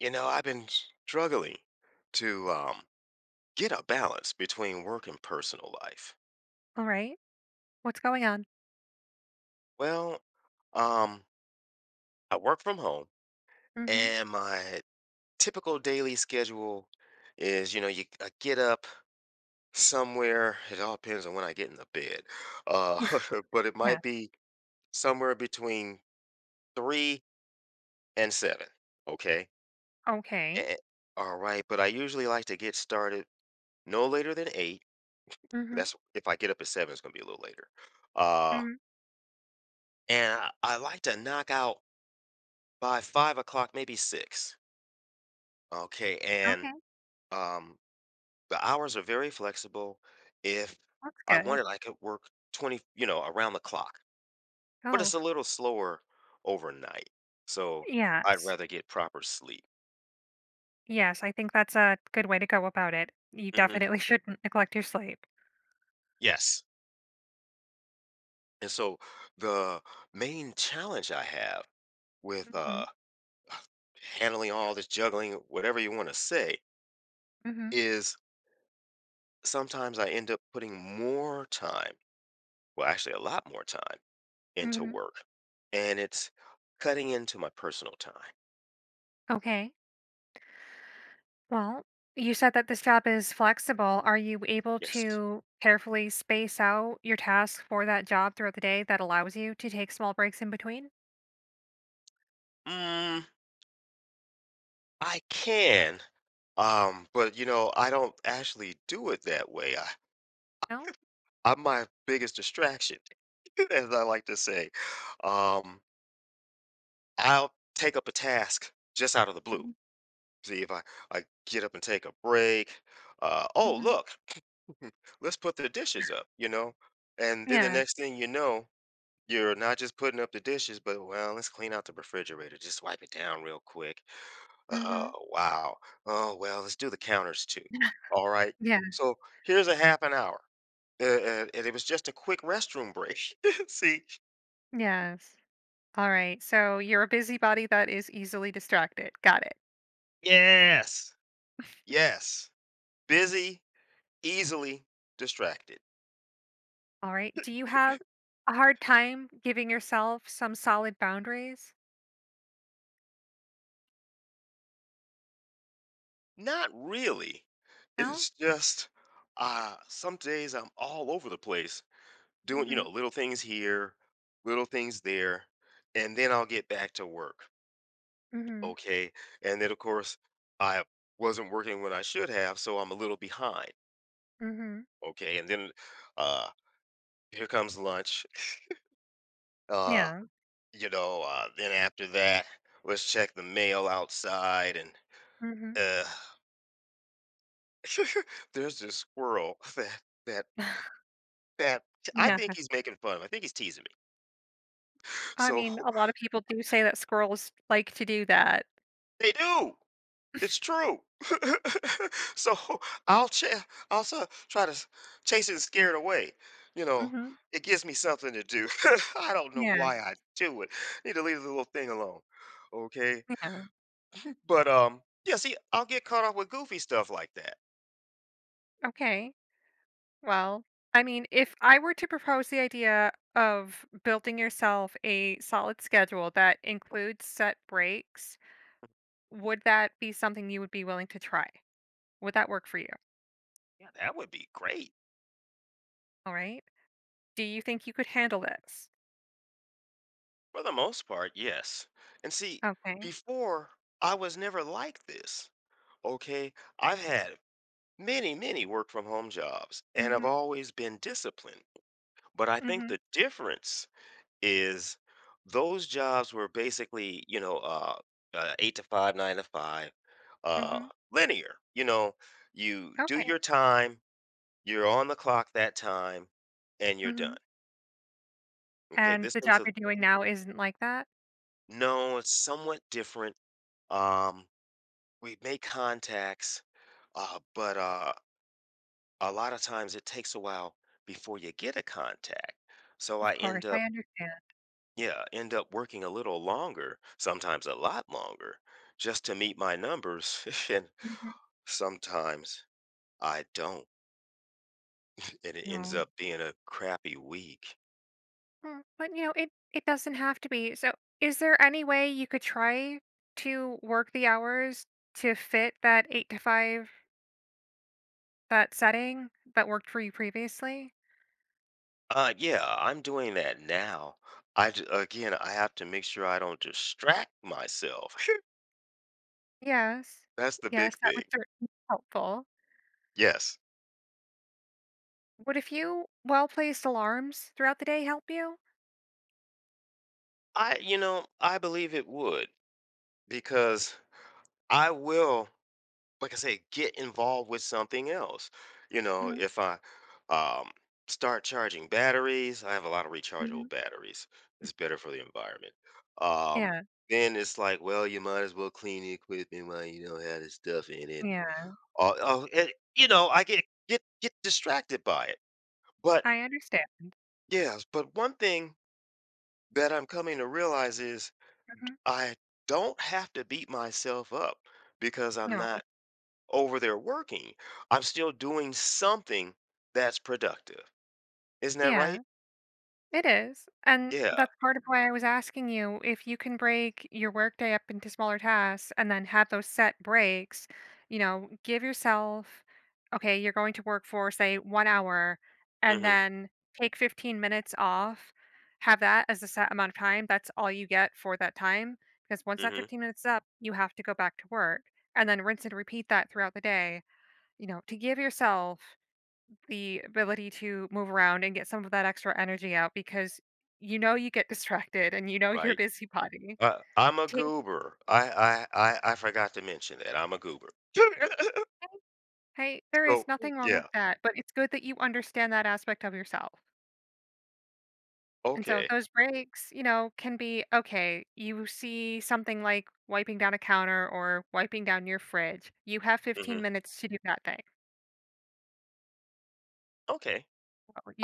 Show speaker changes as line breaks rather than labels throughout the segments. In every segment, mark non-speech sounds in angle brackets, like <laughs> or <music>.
I've been struggling to get a balance between work and personal life.
All right. What's going on?
Well, um, I work from home,
Mhm.
and my typical daily schedule is, you know, you I get up somewhere. It all depends on when I get in the bed, uh, <laughs> but it
Yeah.
might be somewhere between 3 and 7. Okay.
Okay.
Eh, all right. But I usually like to get started no later than 8.
Mhm.
That's if I get up at 7, it's gonna be a little later. Uh,
Mhm.
and I like to knock out by 5 o'clock, maybe 6. Okay, and
Okay.
um, the hours are very flexible. If
That's
I
good.
wanted, I could work 20, around the clock, but it's
Oh,
a little slower overnight. So I'd
yes.
rather get proper sleep.
Yes, I think that's a good way to go about it. You
Hmm.
definitely <laughs> shouldn't neglect your sleep.
Yes, and so the main challenge I have with
Mhm.
handling all this juggling, whatever you want to say,
Mhm.
is sometimes I end up putting more time, well, actually a lot more time into
Mhm.
work, and it's cutting into my personal time.
Okay. Well, you said that this job is flexible. Are you able
Yes.
to carefully space out your tasks for that job throughout the day that allows you to take small breaks in between?
Mm, I can, but I don't actually do it that way.
No.
I'm my biggest distraction, <laughs> as I like to say. Um, I'll take up a task just out of the blue.
Mhm.
See if I get up and take a break. Oh,
Mhm.
look, <laughs> let's put the dishes up, you know? And then the
Yeah.
next thing you know, you're not just putting up the dishes, but, well, let's clean out the refrigerator. Just wipe it down real quick.
Mhm.
Oh, wow. Oh, well, let's do the counters too.
<laughs>
All right.
yeah.
So here's a half an hour. And it was just a quick restroom break. <laughs> See.
Yes. All right, so you're a busybody that is easily distracted. Got it.
Yes. Yes, busy, easily distracted.
All right. Do you have a hard time giving yourself some solid boundaries?
Not really.
No?
It's just some days I'm all over the place doing,
Mm-hmm.
little things here, little things there, and then I'll get back to work.
Mm-hmm.
Okay. And then, of course, I wasn't working when I should have, so I'm a little behind.
Mm-hmm.
Okay. And then uh, here comes lunch. <laughs> Uh,
Yeah.
then after that, let's check the mail outside. And
Mm-hmm.
uh, <laughs> there's this squirrel <laughs> that,
<laughs>
that I
yeah.
think he's making fun of. I think he's teasing me.
I
So
mean, a lot of people do say that squirrels like to do that.
<laughs> they do. It's true. <laughs> So I'll cha- I'll s- try to s- chase it and scare it away. You know,
Mm-hmm.
it gives me something to do. <laughs> I don't know
Yeah.
why I do it. Need to leave the little thing alone. Okay.
Yeah.
But yeah. See, I'll get caught up with goofy stuff like that.
Okay. Well, I mean, if I were to propose the idea of building yourself a solid schedule that includes set breaks, would that be something you would be willing to try? Would that work for you?
Yeah, that would be great
All right. Do you think you could handle this?
for the most part. Yes. And see,
Okay.
before I was never like this. Okay. I've had many, many work from home jobs, and I've
Mhm.
always been disciplined. But I think
Mhm.
the difference is those jobs were basically, 8 to 5, 9 to 5, uh,
Mhm.
linear. You do
Okay.
your time, you're on the clock that time, and you're
Mhm.
done. Okay,
And
this
the
one's
job
a—
you're doing now isn't like that?
no, it's somewhat different. Um, we make contacts, but a lot of times it takes a while before you get a contact. So I
Of
end
course, I
up,
understand.
yeah, end up working a little longer, sometimes a lot longer, just to meet my numbers. <laughs> And
Mhm.
sometimes I don't, and it ends
No.
up being a crappy week.
Mm, but you know, it doesn't have to be. So, is there any way you could try to work the hours to fit that 8 to 5, that setting that worked for you previously?
Yeah, I'm doing that now. I again, I have to make sure I don't distract myself.
Yes.
<laughs> That's the
Yes,
big
that
thing.
would certainly be helpful.
Yes.
Would a few well-placed alarms throughout the day help you?
I believe it would because I will, like I say, get involved with something else. You know,
Mhm,
if I um, start charging batteries, I have a lot of rechargeable
mhm.
batteries. It's better for the environment. Um,
Yeah,
then it's like, well, you might as well clean the equipment while you don't have the stuff in it. And
yeah,
all, oh, and, you know, I get distracted by it. But
I understand.
yes, but one thing that I'm coming to realize is
Mhm,
I don't have to beat myself up because I'm
no,
not over there working, I'm still doing something that's productive. Isn't that right?
yeah. It is, and
Yeah.
that's part of why I was asking you if you can break your workday up into smaller tasks and then have those set breaks. You know, give yourself, okay, you're going to work for, say, 1 hour, and
Mhm.
then take 15 minutes off, have that as a set amount of time, that's all you get for that time, because once that
Mhm.
15 minutes is up, you have to go back to work, and then rinse and repeat that throughout the day, you know, to give yourself the ability to move around and get some of that extra energy out, because you know you get <laughs> distracted and you know you're a
Right.
busybody.
I'm a
Take
goober. I forgot to mention that I'm a goober. <laughs>
Hey, there
So
is nothing wrong with
yeah.
that, but it's good that you understand that aspect of yourself. And so
Okay.
those breaks, you know, can be okay. You see something like wiping down a counter or wiping down your fridge. You have
Hmm.
15 minutes to do that thing.
Okay.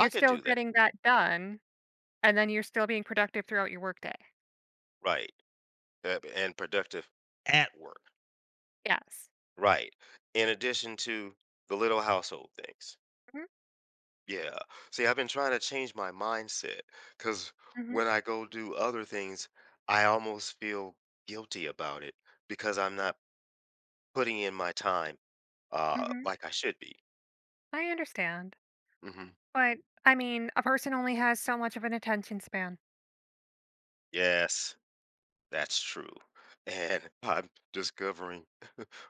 I could
still
do that.
getting that done, and then you're still being productive throughout your workday.
Right. And productive at work.
Yes.
Right. In addition to the little household things.
Hmm.
Yeah. See, I've been trying to change my mindset because
Hmm.
when I go do other things, I almost feel guilty about it because I'm not putting in my time
Hmm.
like I should be.
I understand.
Hmm.
But I mean, a person only has so much of an attention span.
Yes, that's true. And <laughs> I'm discovering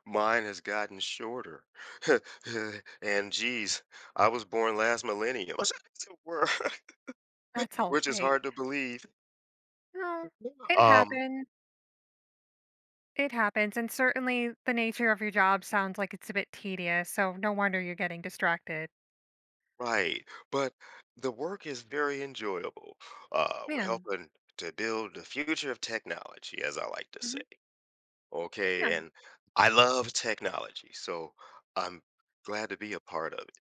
mine has gotten shorter. <laughs> And geez, I was born last millennium, <laughs>
That's all
which is
right.
hard to believe.
No,
<laughs>
it
Um,
happened. It happens. And certainly the nature of your job sounds like it's a bit tedious. So no wonder you're getting distracted.
right, but the work is very enjoyable. We're
Yeah.
helping to build the future of technology, as I like to say.
Mhm,
Okay,
yeah.
and I love technology, so I'm glad to be a part of it.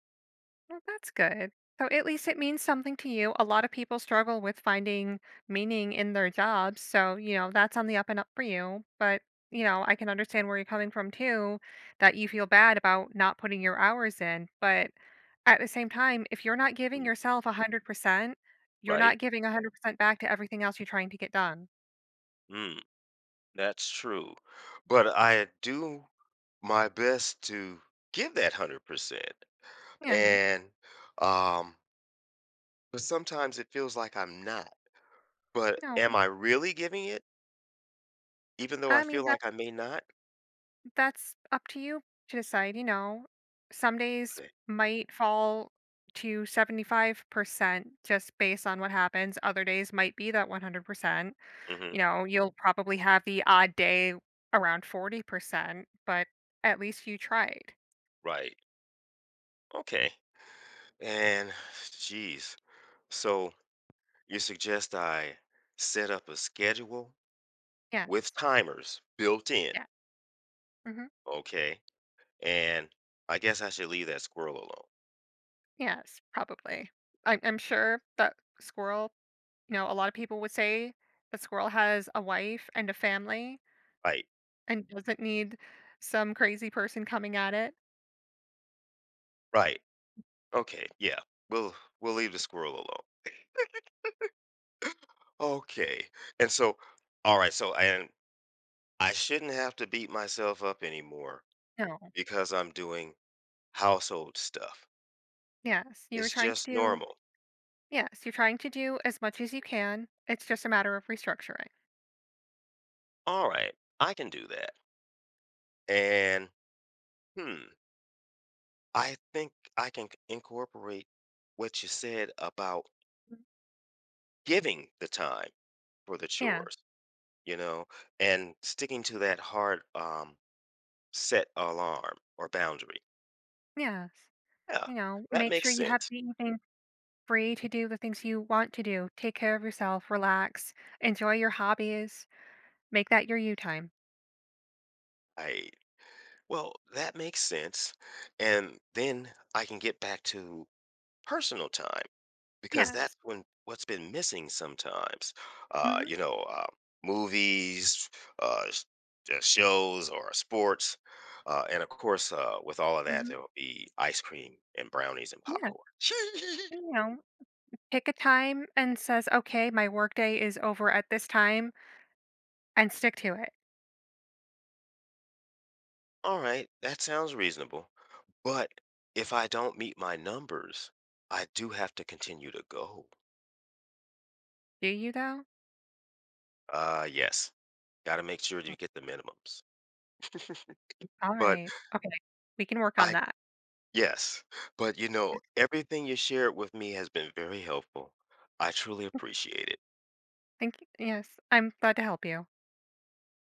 Well, that's good. So at least it means something to you. A lot of people struggle with finding meaning in their jobs. So, you know, that's on the up and up for you. But, you know, I can understand where you're coming from too, that you feel bad about not putting your hours in. But at the same time, if you're not giving
Mm.
yourself 100%, you're
Right?
not giving 100% back to everything else you're trying to get done.
Mm, that's true. But I do my best to give that 100%.
Yeah.
And um but sometimes it feels like I'm not. But
No.
am I really giving it even though I
I mean,
feel like I may not?
that's up to you to decide, you know. Some days might fall to 75% just based on what happens. Other days might be that 100%.
Okay.
You know, you'll probably have the odd day around 40%, but at least you tried.
Right. Okay. And geez. So you suggest I set up a schedule with
Yes.
timers built in.
Yeah. Hmm.
Okay. And I guess I should leave that squirrel alone.
Yes, probably. I'm sure that squirrel, you know, a lot of people would say that squirrel has a wife and a family
Right.
and doesn't need some crazy person coming at it.
Right. Okay. Yeah. We'll we'll leave the squirrel alone. Okay. And so, all right, so, and I shouldn't have to beat myself up anymore
No.
because I'm doing household stuff.
Yes, you were
It's
trying to
just
do
normal.
yes, you're trying to do as much as you can. It's just a matter of restructuring.
All right. I can do that. And hmm. I think I can incorporate what you said about
Mhm.
giving the time for the
Yeah,
chores, you know, and sticking to that hard, set alarm or boundary.
yes.
Yeah,
You know,
that
make sure
makes
you have
sense.
the evening free to do the things you want to do. Take care of yourself, relax, enjoy your hobbies, make that your you time.
I well, that makes sense, and then I can get back to personal time because that's
Yes.
when what's been missing sometimes. uh you
Hmm.
know uh, Movies, uh sh- shows or sports, and of course with all of that
Hmm.
there will be ice cream and brownies and
Yeah.
popcorn.
You know, pick a time and says, okay, my workday is over at this time and stick to it.
<laughs> All right, that sounds reasonable, but if I don't meet my numbers, I do have to continue to go.
Do you though?
Yes, got to make sure you get the minimums.
All
<laughs> But
right. Okay. We can work on
I
that.
yes, but, everything you shared with me has been very helpful. I truly appreciate it.
Thank you. Yes. I'm glad to help you.